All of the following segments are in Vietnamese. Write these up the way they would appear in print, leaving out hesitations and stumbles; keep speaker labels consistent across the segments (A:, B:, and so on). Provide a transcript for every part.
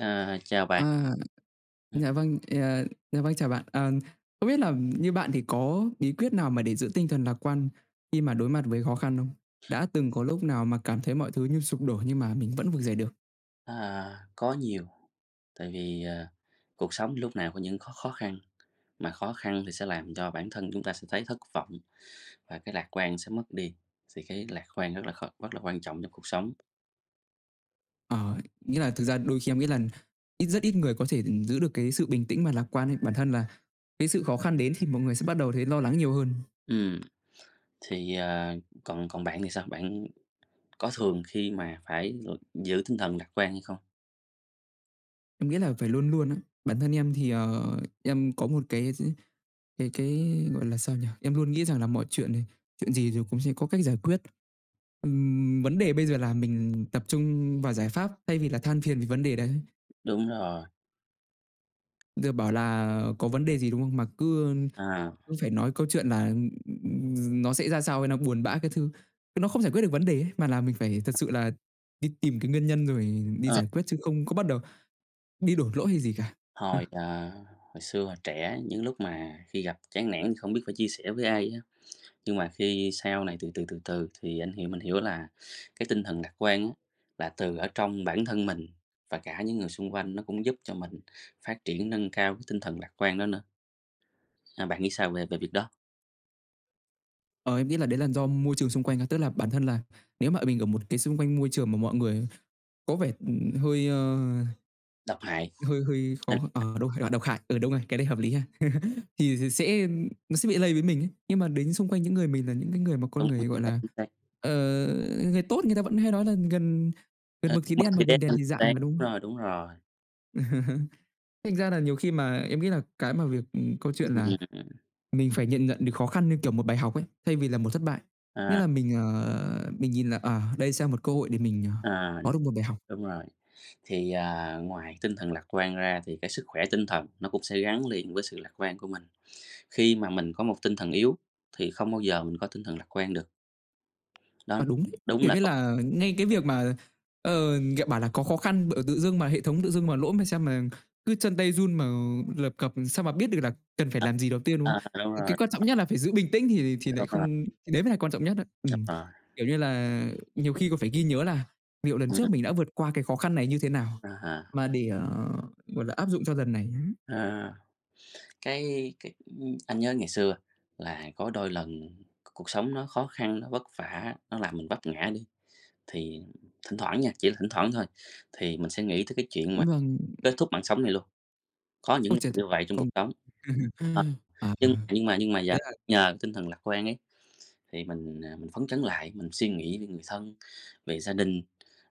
A: À, chào bạn.
B: À, dạ vâng, dạ vâng, chào bạn. Ờ, không biết là như bạn thì có bí quyết nào mà để giữ tinh thần lạc quan khi mà đối mặt với khó khăn không? Đã từng có lúc nào mà cảm thấy mọi thứ như sụp đổ nhưng mà mình vẫn vực dậy được?
A: À, có nhiều, tại vì, cuộc sống lúc nào có những khó khó khăn, mà khó khăn thì sẽ làm cho bản thân chúng ta sẽ thấy thất vọng và cái lạc quan sẽ mất đi, thì cái lạc quan rất là quan trọng trong cuộc sống.
B: Ờ, nghĩa là thực ra đôi khi em nghĩ là rất ít người có thể giữ được cái sự bình tĩnh và lạc quan ấy. Bản thân là cái sự khó khăn đến thì mọi người sẽ bắt đầu thấy lo lắng nhiều hơn.
A: Ừm, thì, còn còn bạn thì sao? Bạn có thường khi mà phải giữ tinh thần lạc quan hay không?
B: Em nghĩ là phải luôn luôn á. Bản thân em thì, em có một cái, gọi là, sao nhỉ? Em luôn nghĩ rằng là mọi chuyện thì chuyện gì rồi cũng sẽ có cách giải quyết. Vấn đề bây giờ là mình tập trung vào giải pháp thay vì là than phiền vì vấn đề đấy.
A: Đúng rồi,
B: Giờ bảo là có vấn đề gì, đúng không? Mà cứ
A: à,
B: cứ phải nói câu chuyện là, nó sẽ ra sao hay là buồn bã cái thứ, nó không giải quyết được vấn đề ấy, mà là mình phải thật sự là đi tìm cái nguyên nhân rồi đi
A: ờ,
B: giải quyết chứ không có bắt đầu đi đổ lỗi hay gì cả.
A: hồi, ờ, hồi xưa, hồi trẻ những lúc mà khi gặp chán nản thì không biết phải chia sẻ với ai á. Nhưng mà khi sau này từ từ, từ từ thì anh hiểu mình hiểu là cái tinh thần lạc quan á, là từ ở trong bản thân mình và cả những người xung quanh nó cũng giúp cho mình phát triển, nâng cao cái tinh thần lạc quan đó nữa. À, bạn nghĩ sao về về việc đó?
B: Ờ, em nghĩ là đấy là do môi trường xung quanh á, tức là bản thân là nếu mà mình ở một cái xung quanh môi trường mà mọi người có vẻ, hơi, ơ,
A: Độc hại.
B: hơi hơi
A: Ờ,
B: khó ở đâu độc hại, ở đâu này cái đấy hợp lý ha. Thì sẽ Nó sẽ bị lây với mình ấy. Nhưng mà đến xung quanh những người mình là những cái người
A: đúng,
B: mà con
A: đúng,
B: người,
A: chính
B: gọi
A: xác,
B: là,
A: chính xác.
B: ờ, người tốt người ta vẫn hay nói là "Gần Gần
A: Ờ,
B: mực thì
A: mất
B: đen mà
A: đi nét
B: gần đèn
A: ăn
B: thì
A: thì
B: rạng"
A: sáng,
B: mà, đúng không?
A: đúng rồi, đúng rồi.
B: Thành ra là nhiều khi mà em nghĩ là cái mà việc câu chuyện là
A: Ừm,
B: mình phải nhận nhận được khó khăn như kiểu một bài học ấy, thay vì là một thất bại. Nghĩa
A: à,
B: là mình, mình nhìn là, à, đây sẽ là một cơ hội để mình,
A: à,
B: có được một bài học.
A: đúng rồi. Thì, à, ngoài tinh thần lạc quan ra thì cái sức khỏe tinh thần nó cũng sẽ gắn liền với sự lạc quan của mình. Khi mà mình có một tinh thần yếu thì không bao giờ mình có tinh thần lạc quan được. Đó,
B: À, đúng đấy.
A: đúng
B: Kiểu
A: là
B: như là, ngay cái việc mà, ờ, g bảo là có khó khăn tự dưng mà hệ thống tự dưng mà lỗi mà sao mà cứ chân tay run mà lập cập, sao mà biết được là cần phải
A: à,
B: làm gì đầu tiên, đúng
A: à,
B: không?
A: đúng
B: Cái
A: rồi,
B: cái quan trọng nhất là phải giữ bình tĩnh thì
A: đúng
B: lại
A: rồi,
B: không thì đấy mới là quan trọng nhất á.
A: đúng rồi.
B: Kiểu như là, nhiều khi còn phải ghi nhớ là liệu lần
A: Ừm,
B: trước mình đã vượt qua cái khó khăn này như thế nào
A: à ha,
B: mà để, gọi là, áp dụng cho lần này.
A: à, cái anh nhớ ngày xưa là có đôi lần cuộc sống nó khó khăn, nó vất vả, nó làm mình vấp ngã đi, thì thỉnh thoảng nha, chỉ là thỉnh thoảng thôi, thì mình sẽ nghĩ tới cái chuyện mà
B: Vâng,
A: kết thúc mạng sống này luôn, có những
B: ôi
A: người
B: trời!
A: như vậy trong cuộc
B: Không
A: sống. Ờ,
B: à,
A: nhưng mà giờ
B: đấy là
A: nhờ tinh thần lạc quan ấy, thì mình phấn chấn lại, mình suy nghĩ về người thân, về gia đình,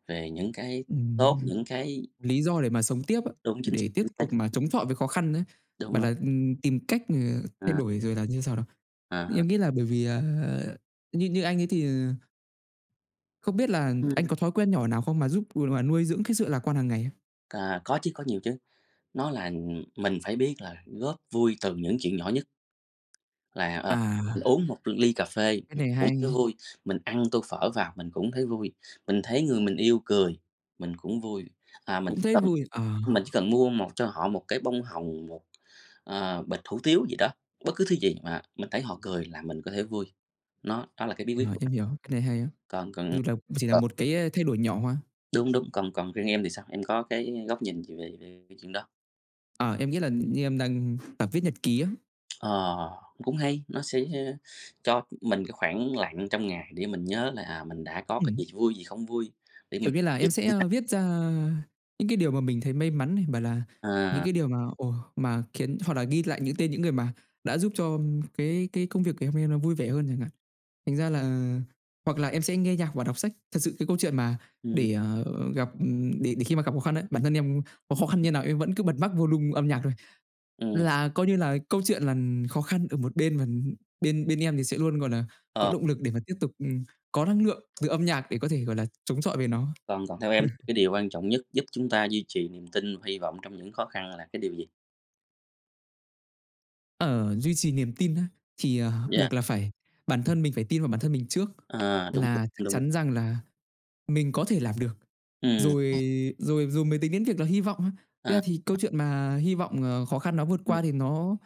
A: về những cái tốt,
B: ừm.
A: những cái
B: Lý do để mà sống tiếp á,
A: Đúng,
B: để tiếp
A: chính xác,
B: tục mà chống chọi với khó khăn á,
A: đúng
B: bảo
A: rồi.
B: là, tìm cách, thay
A: À,
B: đổi rồi là như sao đó?
A: à
B: Em nghĩ là bởi vì, à, như như anh ấy thì, không biết là anh
A: Ừm.
B: có thói quen nhỏ nào không mà giúp mà nuôi dưỡng cái sự lạc quan hàng ngày á?
A: À, có chứ, có nhiều chứ. Nó là mình phải biết là góp vui từ những chuyện nhỏ nhất, là,
B: À,
A: mình uống một ly cà phê
B: cái
A: mình
B: này
A: cũng thấy
B: hay,
A: vui, mình ăn tô phở vào mình cũng thấy vui, mình thấy người mình yêu cười mình cũng vui. À,
B: cũng thấy vui. Ờ,
A: mình chỉ cần mua một cho họ một cái bông hồng, một bịch hủ tiếu gì đó, bất cứ thứ gì mà mình thấy họ cười là mình có thể vui. Đó là cái bí quyết
B: ờ,
A: của
B: em
A: mình.
B: hiểu, cái này hay á,
A: Còn còn
B: dù là chỉ là một cái, thay đổi nhỏ ha.
A: Đúng, đúng, còn còn riêng em thì sao? Em có cái góc nhìn gì về về cái chuyện đó?
B: Ờ, em nghĩ là như em đang tập viết nhật ký á.
A: Ờ, cũng hay, nó sẽ cho mình cái khoảng lặng trong ngày để mình nhớ là, à, mình đã có cái
B: Ừm.
A: gì vui, gì không vui để mình
B: Kiểu như là, em sẽ, viết ra những cái điều mà mình thấy may mắn này, bảo là những
A: à,
B: cái điều mà, mà khiến hoặc là ghi lại những tên những người mà đã giúp cho cái công việc ngày hôm nay nó vui vẻ hơn chẳng hạn. Thành ra là hoặc là em sẽ nghe nhạc và đọc sách. Thật sự cái câu chuyện mà
A: ừm,
B: để, ờ, gặp để khi mà gặp khó khăn ấy, bản thân em có khó khăn như nào em vẫn cứ bật max volume âm nhạc thôi,
A: ừm,
B: là coi như là câu chuyện là khó khăn ở một bên và bên bên em thì sẽ luôn, gọi là, có
A: ờ,
B: động lực để mà tiếp tục, có năng lượng từ âm nhạc để có thể, gọi là, chống chọi về nó.
A: còn còn theo em thì cái điều quan trọng nhất giúp chúng ta duy trì niềm tin và hy vọng trong những khó khăn là cái điều gì?
B: Ở duy trì niềm tin á, thì,
A: Yeah,
B: buộc là phải bản thân mình phải tin vào bản thân mình trước
A: à, đúng,
B: là chắc
A: đúng, đúng,
B: chắn rằng là mình có thể làm được,
A: ừm,
B: rồi rồi rồi mới tính đến việc là hy vọng ha. Thực ra
A: à,
B: thì câu chuyện mà hy vọng, khó khăn nó vượt
A: ừm,
B: qua thì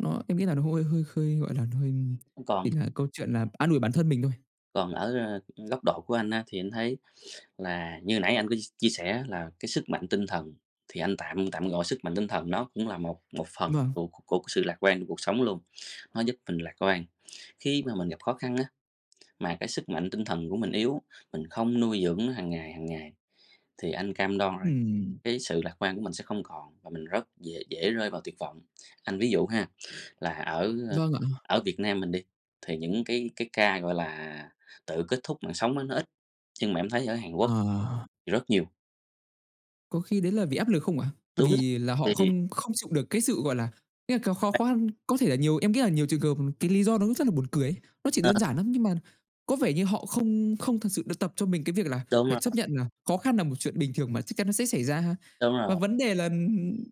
B: nó em nghĩ là nó hơi hơi hơi, gọi là, nó hơi
A: còn
B: chỉ là câu chuyện là an ủi bản thân mình thôi.
A: còn ở, góc độ của anh á, thì anh thấy Là như nãy anh có chia sẻ là cái sức mạnh tinh thần, thì anh tạm tạm gọi sức mạnh tinh thần nó cũng là một một phần
B: Vâng,
A: của cái sự lạc quan của cuộc sống luôn. Nó giúp mình lạc quan. Khi mà mình gặp khó khăn á, mà cái sức mạnh tinh thần của mình yếu, mình không nuôi dưỡng nó hàng ngày, thì anh cam đoan rằng
B: ừm,
A: cái sự lạc quan của mình sẽ không còn và mình rất dễ dễ rơi vào tuyệt vọng. Anh ví dụ ha, là ờ,
B: vâng ạ,
A: ở Việt Nam mình đi, thì những cái ca, gọi là, tự kết thúc mạng sống á, nó ít, nhưng mà em thấy ở Hàn Quốc
B: ờ.
A: thì rất nhiều.
B: Có khi đấy là vì áp lực không ạ?
A: Đúng,
B: Vì là họ
A: thì
B: không không chịu được cái sự, gọi là, nghĩa là cái khó khoan có thể là nhiều em nghĩ là nhiều trường hợp cái lý do nó rất là buồn cười ấy, nó chỉ
A: ờ,
B: đơn giản lắm, nhưng mà có vẻ như họ không không thật sự được tập cho mình cái việc là
A: đúng
B: phải
A: rồi,
B: chấp nhận là khó khăn là một chuyện bình thường mà chắc chắn nó sẽ xảy ra ha.
A: đúng
B: Và
A: rồi,
B: vấn đề là,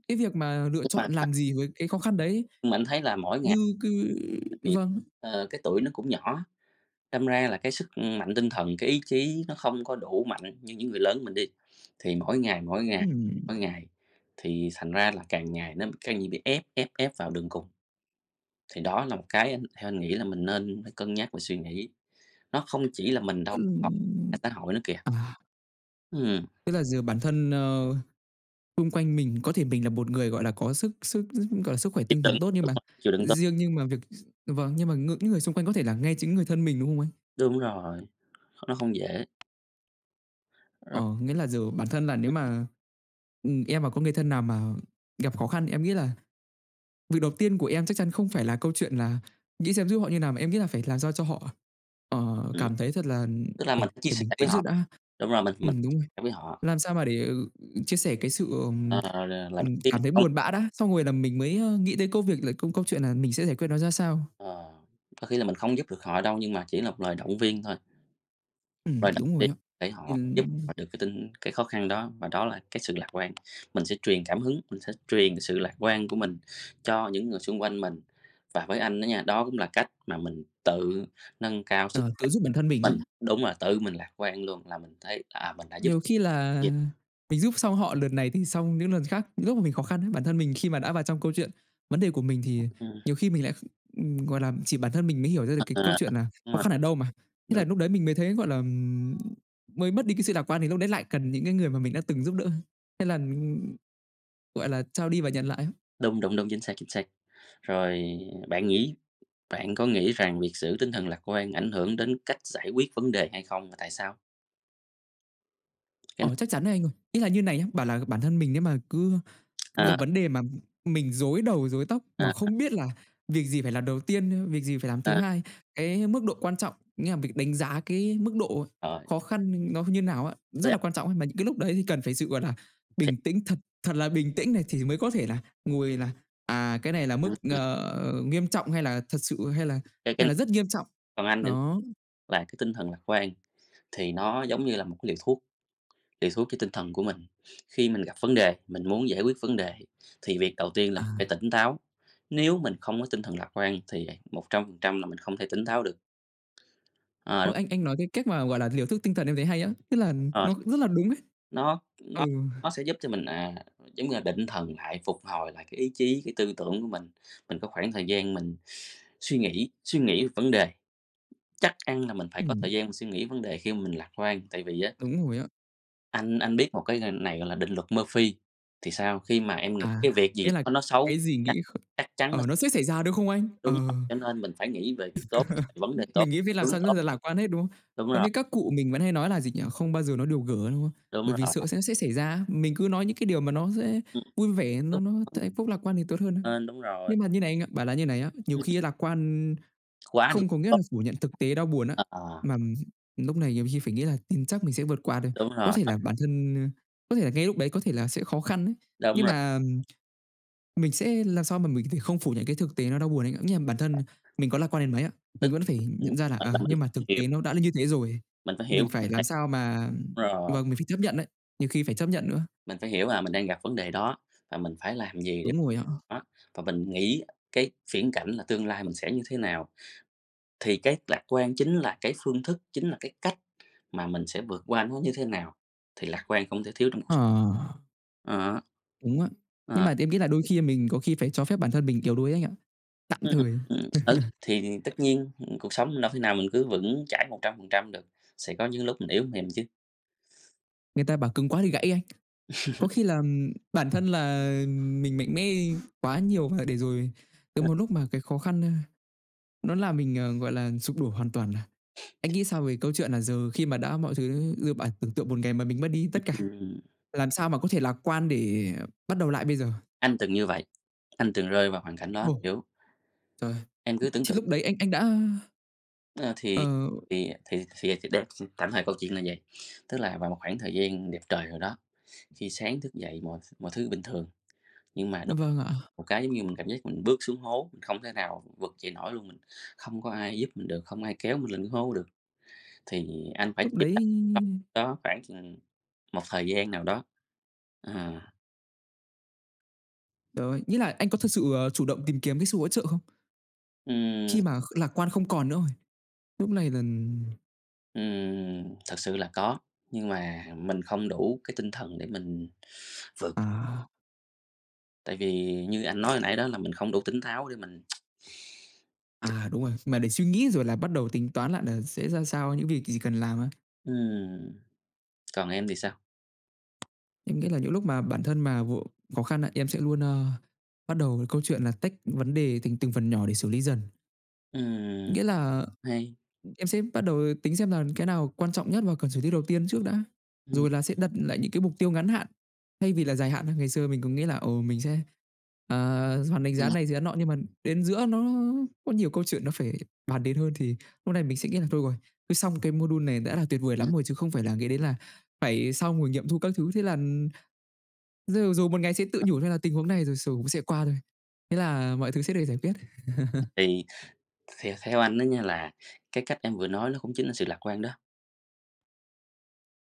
B: cái việc mà lựa
A: nhưng mà
B: chọn làm gì với cái khó khăn đấy,
A: mình thấy là mỗi
B: như
A: ngày
B: cứ
A: tại vì,
B: vâng,
A: cái tuổi nó cũng nhỏ, đâm ra là cái sức mạnh tinh thần, cái ý chí nó không có đủ mạnh như những người lớn mình đi. Thì mỗi ngày, mỗi ngày,
B: ừm,
A: mỗi ngày thì thành ra là càng ngày nó càng như bị ép, ép, ép vào đường cùng. Thì đó là một cái anh theo anh nghĩ là mình nên phải cân nhắc và suy nghĩ, nó không chỉ là mình
B: tức
A: đâu,
B: là
A: cả xã hội nữa kìa.
B: à,
A: Ừm,
B: tức là giờ bản thân, xung quanh mình có thể mình là một người, gọi là, có sức sức gọi là, sức khỏe
A: chịu
B: tinh
A: đựng,
B: thần tốt nhưng
A: đúng
B: mà
A: rồi, chịu đựng tốt,
B: riêng nhưng mà việc vâng, nhưng mà những người xung quanh có thể là ngay chính người thân mình, đúng không anh?
A: đúng rồi, nó không dễ, rồi,
B: Ờ, nghĩa là giờ bản thân là nếu mà, em mà có người thân nào mà gặp khó khăn, em nghĩ là việc đầu tiên của em chắc chắn không phải là câu chuyện là nghĩ xem giúp họ như nào, mà em nghĩ là phải làm sao cho họ,
A: ừm,
B: cảm thấy thật là
A: tức là
B: phải
A: mình phải chia
B: phải
A: sẻ
B: bình
A: với
B: tĩnh trước
A: họ.
B: đã.
A: Đúng rồi, mình
B: Đúng rồi.
A: chia với họ,
B: Làm sao mà để, chia sẻ cái sự,
A: ờ, là tiên
B: cảm thấy
A: không
B: buồn bã đã, xong rồi là mình mới, nghĩ tới câu chuyện là mình sẽ giải quyết nó ra sao.
A: ờ, có khi là mình không giúp được họ đâu, nhưng mà chỉ là một lời động viên thôi, lời động
B: Đúng rồi
A: viên
B: á.
A: để
B: Thì
A: họ giúp họ được cái tin cái khó khăn đó, và đó là cái sự lạc quan. Mình sẽ truyền cảm hứng, mình sẽ truyền cái sự lạc quan của mình cho những người xung quanh mình. Và với anh đó nha, đó cũng là cách mà mình tự nâng cao sức
B: ờ,
A: khỏe
B: tự giúp bản thân mình
A: của
B: á.
A: mình. Đúng là tự mình lạc quan luôn là mình thấy, à, mình đã giúp
B: Nhiều khi là
A: nhiều.
B: mình giúp xong họ lần này thì xong những lần khác, những lúc mà mình khó khăn ấy, bản thân mình khi mà đã vào trong câu chuyện vấn đề của mình thì
A: Ừm,
B: nhiều khi mình lại kh gọi là, chỉ bản thân mình mới hiểu ra được cái câu
A: ờ,
B: chuyện là
A: đúng
B: khó
A: rồi,
B: khăn ở đâu mà. Thế
A: đúng,
B: là lúc đấy mình mới thấy, gọi là, mới mất đi cái sự lạc quan thì lúc đấy lại cần những cái người mà mình đã từng giúp đỡ. Thế là, gọi là, trao đi và nhận lại á.
A: đúng, đúng, đúng, chính xác, chính xác. Rồi bạn nghĩ Bạn có nghĩ rằng việc giữ tinh thần lạc quan ảnh hưởng đến cách giải quyết vấn đề hay không và tại sao? Cái n
B: Ờ, chắc chắn rồi anh ơi. Ý là như này nhá, bảo là bản thân mình nếu mà cứ gặp
A: ờ,
B: vấn đề mà mình rối đầu rối tóc, mà
A: ờ,
B: không biết là việc gì phải làm đầu tiên, việc gì phải làm thứ
A: ờ,
B: hai, cái mức độ quan trọng, nghĩa là việc đánh giá cái mức độ
A: rồi,
B: khó khăn nó như nào á, rất
A: với
B: là
A: anh
B: quan trọng ấy. Mà những cái lúc đấy thì cần phải sự, gọi là,
A: thì
B: bình tĩnh, thật thật là bình tĩnh này thì mới có thể là ngồi là, à, cái này là mức,
A: ừm, ừm,
B: nghiêm trọng hay là thật sự hay là
A: cái này
B: rất nghiêm trọng.
A: còn anh thì
B: Đó.
A: là cái tinh thần lạc quan thì nó giống như là một cái liều thuốc cho tinh thần của mình. Khi mình gặp vấn đề, mình muốn giải quyết vấn đề thì việc đầu tiên là
B: À.
A: mình phải tỉnh táo. Nếu mình không có tinh thần lạc quan thì 100% là mình không thể tỉnh táo được. Ờ,
B: Ơ,
A: đúng,
B: anh nói cái cách mà, gọi là, liều thuốc tinh thần em thấy hay á, tức là
A: ờ.
B: nó rất là đúng ấy.
A: Nó
B: Ừ,
A: nó nó sẽ giúp cho mình, à, giống như là định thần lại, phục hồi lại cái ý chí, cái tư tưởng của mình. Mình có khoảng thời gian mình suy nghĩ về vấn đề, chắc ăn là mình phải có
B: ừm,
A: thời gian mình suy nghĩ vấn đề khi mà mình lạc quan. Tại vì á,
B: đúng rồi á.
A: anh biết một cái này gọi là định luật Murphy, thì sao? Khi mà em nghĩ
B: À,
A: cái việc gì
B: nghĩa là
A: đó nó xấu,
B: cái gì
A: chắc
B: nghĩ kh
A: chắc chắn nó
B: ờ, nó sẽ xảy ra, đúng không anh? Ờ,
A: đúng rồi, cho nên mình phải nghĩ về việc tốt, về vấn đề tốt,
B: mình nghĩ phải làm
A: hướng
B: sao rất
A: tốt.
B: là lạc quan hết, đúng không?
A: Đúng
B: Giống
A: rồi,
B: như các cụ mình vẫn hay nói là gì nhỉ? Không bao giờ nói điều gở, đúng không?
A: đúng
B: Bởi vì
A: rồi,
B: sợ sẽ xảy ra á, mình cứ nói những cái điều mà nó sẽ
A: ừm,
B: vui vẻ,
A: đúng,
B: nó
A: đúng,
B: hạnh phúc lạc quan thì tốt hơn á.
A: đúng rồi,
B: Nhưng mà như này anh ạ, bảo là như này á, nhiều
A: ừm,
B: khi lạc quan
A: quá đúng
B: không có nghĩa
A: tốt,
B: là phủ nhận thực tế đau buồn á,
A: ờ,
B: mà lúc này nhiều khi phải nghĩ là tin chắc mình sẽ vượt qua được.
A: đúng
B: Có
A: rồi,
B: thể là bản thân, có thể là ngay lúc đấy có thể là sẽ khó khăn ấy,
A: đúng
B: nhưng
A: rồi.
B: mà mình sẽ làm sao mà mình có thể không phủ nhận cái thực tế nó đau buồn ấy, ạ. Nghĩa là bản thân mình có lạc quan đến mấy á,
A: Tức
B: mình vẫn phải
A: ừm,
B: nhận ra là,
A: gọi là, mình
B: nhưng mà
A: phải
B: thực
A: hiểu
B: tế nó đã là như thế rồi,
A: mình phải hiểu
B: mình
A: vấn
B: phải
A: đề
B: làm sao mà
A: đúng rồi,
B: vâng, mình phải chấp nhận đấy, nhiều khi phải chấp nhận nữa.
A: mình phải hiểu là mình đang gặp vấn đề đó và mình phải làm gì để
B: Đúng rồi ạ.
A: đó và mình nghĩ cái viễn cảnh là tương lai mình sẽ như thế nào. Thì cái lạc quan chính là cái phương thức, chính là cái cách mà mình sẽ vượt qua nó như thế nào, thì lạc quan không thể thiếu trong cuộc
B: Ờ,
A: sống ờ,
B: đúng á. Nhưng
A: ờ,
B: mà em nghĩ là đôi khi mình có khi phải cho phép bản thân mình yếu đuối anh ạ, tạm thời.
A: ừ, ừ. Thì tất nhiên, ừ, cuộc sống đâu thể nào mình cứ vững chãi 100% được, sẽ có những lúc mình yếu mềm chứ.
B: Người ta bảo cứng quá thì gãy anh. Có khi là bản thân là mình mạnh mẽ quá nhiều và để rồi tới một lúc mà cái khó khăn, nó làm mình, gọi là, sụp đổ hoàn toàn à. Anh nghĩ sao về câu chuyện là giờ khi mà đã mọi thứ giờ bạn tưởng tượng một ngày mà mình mất đi tất cả,
A: Ừm,
B: làm sao mà có thể lạc quan để bắt đầu lại bây giờ?
A: anh từng như vậy, anh từng rơi vào hoàn cảnh đó,
B: Ồ,
A: hiểu
B: trời!
A: em cứ tưởng
B: Thì
A: tượng
B: lúc đấy anh đã
A: Ờ, thì
B: ờ,
A: để tạm thời câu chuyện là vậy. Tức là vào một khoảng thời gian đẹp trời rồi đó, khi sáng thức dậy mọi mọi thứ bình thường, nhưng mà đùng
B: vâng ạ,
A: một cái, giống như, mình cảm giác mình bước xuống hố, mình không thể nào vực dậy nổi luôn, mình không có ai giúp mình được, không ai kéo mình lên cái hố được, thì anh phải
B: lúc
A: chìm đắm
B: đấy
A: trong đó khoảng chừng một thời gian nào đó. Ờ,
B: trời ơi, nghĩa là anh có thật sự, chủ động tìm kiếm cái sự hỗ trợ không?
A: ừm,
B: Khi mà lạc quan không còn nữa rồi, lúc này là
A: thật sự là có, nhưng mà mình không đủ cái tinh thần để mình vượt
B: à.
A: Tại vì như anh nói hồi nãy đó là mình không đủ tỉnh táo để mình
B: À, đúng rồi, mà để suy nghĩ rồi là bắt đầu tính toán lại là sẽ ra sao, những việc gì cần làm á.
A: Ừm, còn em thì sao?
B: Em nghĩ là những lúc mà bản thân mà vô khó khăn á, em sẽ luôn, bắt đầu câu chuyện là tách vấn đề thành từng phần nhỏ để xử lý dần.
A: Ừm,
B: Nghĩa là
A: hay,
B: em sẽ bắt đầu tính xem là cái nào quan trọng nhất và cần xử lý đầu tiên trước đã,
A: ừm,
B: rồi là sẽ đặt lại những cái mục tiêu ngắn hạn, thay vì là dài hạn. Ngày xưa mình cứ nghĩ là, ồ mình sẽ, hoàn đánh giá
A: ừm,
B: này giá nọ, nhưng mà đến giữa nó có nhiều câu chuyện nó phải bàn đến hơn, thì lúc này mình sẽ nghĩ là thôi rồi, cứ xong cái module này đã là tuyệt vời
A: ừm.
B: lắm rồi, chứ không phải là nghĩ đến là phải xong rồi nghiệm thu các thứ. Thế là rồi rồi một ngày sẽ tự nhủ thôi là tình huống này rồi rồi cũng sẽ qua thôi, thế là mọi thứ sẽ được giải quyết.
A: Thì theo theo anh đó nha là cái cách em vừa nói nó cũng chính là sự lạc quan đó.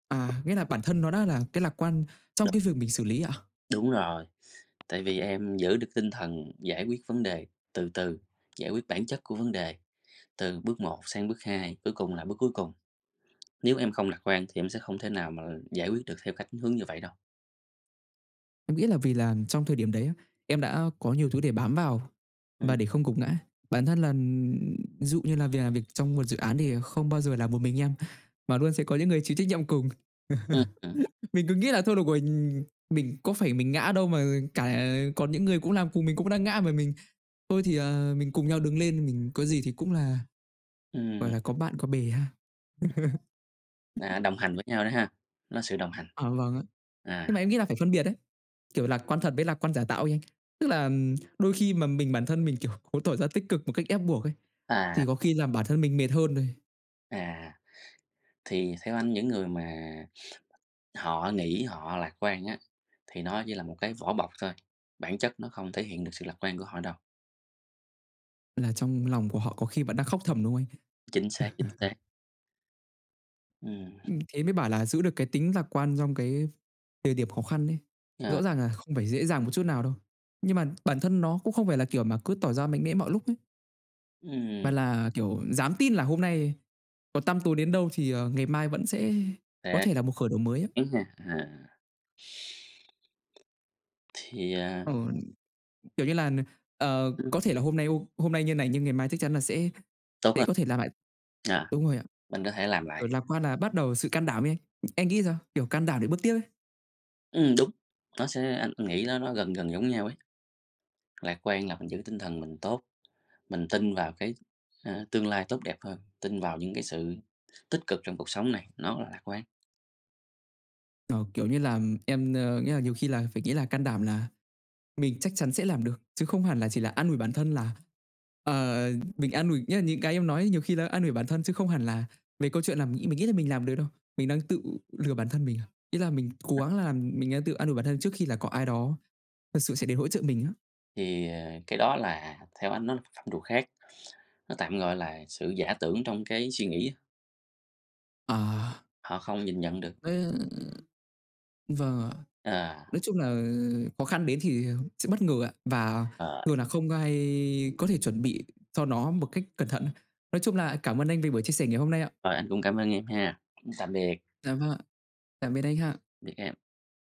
B: À, nghĩa là bản thân nó đã là cái lạc quan
A: Đ
B: trong cái việc mình xử lý ạ?
A: đúng rồi, tại vì em giữ được tinh thần giải quyết vấn đề từ từ, giải quyết bản chất của vấn đề, từ bước một sang bước 2 cuối cùng là bước cuối cùng. Nếu em không lạc quan thì em sẽ không thể nào mà giải quyết được theo cách hướng như vậy đâu.
B: Em nghĩ là vì là trong thời điểm đấy á, em đã có nhiều thứ để bám vào và để không gục ngã. Bản thân là ví dụ như là việc làm việc trong một dự án thì không bao giờ là một mình em, mà luôn sẽ có những người chịu trách nhiệm cùng.
A: Ừm,
B: Mình cứ nghĩ là thôi được rồi, mình có phải mình ngã đâu mà cả còn những người cũng làm cùng mình cũng đang ngã mà mình. Thôi thì, mình cùng nhau đứng lên, mình có gì thì cũng là,
A: ừm.
B: gọi là, có bạn có bè ha.
A: À, đồng hành với nhau đó ha, nó sự đồng hành.
B: Ờ, vâng ạ. Nhưng
A: À,
B: mà em nghĩ là phải phân biệt đấy. Kiểu, lạc quan thật với lạc quan giả tạo ấy anh. Tức là đôi khi mà mình bản thân mình, kiểu, cố tỏ ra tích cực một cách ép buộc ấy,
A: à,
B: thì có khi làm bản thân mình mệt hơn đây,
A: à, thì theo anh những người mà họ nghĩ họ lạc quan á, thì nó chỉ là một cái vỏ bọc thôi, bản chất nó không thể hiện được sự lạc quan của họ đâu.
B: là trong lòng của họ có khi vẫn đang khóc thầm, đúng không
A: Chính xác, chính xác. Ừm,
B: anh? Thế mới bảo là giữ được cái tính lạc quan trong cái thời điểm khó khăn ấy.
A: ờ,
B: Rõ ràng là không phải dễ dàng một chút nào đâu, nhưng mà bản thân nó cũng không phải là kiểu mà cứ tỏ ra mạnh mẽ mọi lúc ấy, mà
A: ừm,
B: là, kiểu, dám tin là hôm nay có tăm tối đến đâu thì, ngày mai vẫn sẽ có
A: sẽ
B: thể là một khởi đầu mới á.
A: đúng ha, à, thì, à,
B: Ờ, kiểu như là,
A: ừm,
B: có thể là hôm nay như này nhưng ngày mai chắc chắn là sẽ
A: tốt
B: thế
A: hơn,
B: có thể làm lại
A: à,
B: đúng rồi ạ,
A: mình có thể làm lại.
B: kiểu, lạc quan là bắt đầu sự can đảm ấy anh. Anh nghĩ sao? Kiểu, can đảm để bước tiếp ấy.
A: Đúng, nó sẽ anh nghĩ nó gần gần giống nhau ấy, lạc quan là mình giữ tinh thần mình tốt Mình tin vào cái tương lai tốt đẹp hơn, tin vào những cái sự tích cực trong cuộc sống này, nó là lạc quan.
B: Ờ, kiểu như là, em, nghĩa là nhiều khi là phải nghĩ là can đảm là mình chắc chắn sẽ làm được, chứ không hẳn là chỉ là an ủi bản thân là, ờ, mình an ủi nghĩa là những cái em nói nhiều khi là an ủi bản thân chứ không hẳn là về câu chuyện là mình nghĩ là mình làm được đâu. Mình đang tự lừa bản thân mình à? Ý là mình cố gắng là mình đang tự an ủi bản thân trước khi là có ai đó thật sự sẽ đến hỗ trợ mình á.
A: Thì, cái đó là theo anh nó là phạm trù khác, nó tạm gọi là sự giả tưởng trong cái suy nghĩ
B: À
A: họ không nhìn nhận được.
B: đấy vâng ạ.
A: Ờ,
B: Nói chung là khó khăn đến thì sẽ bất ngờ ạ, và
A: ờ,
B: thường là không ai có thể chuẩn bị cho nó một cách cẩn thận. Nói chung là cảm ơn anh vì buổi chia sẻ ngày hôm nay ạ.
A: rồi anh cũng cảm ơn em ha. Tạm biệt,
B: Dạ vâng ạ. Tạm biệt anh ha.
A: biệt em.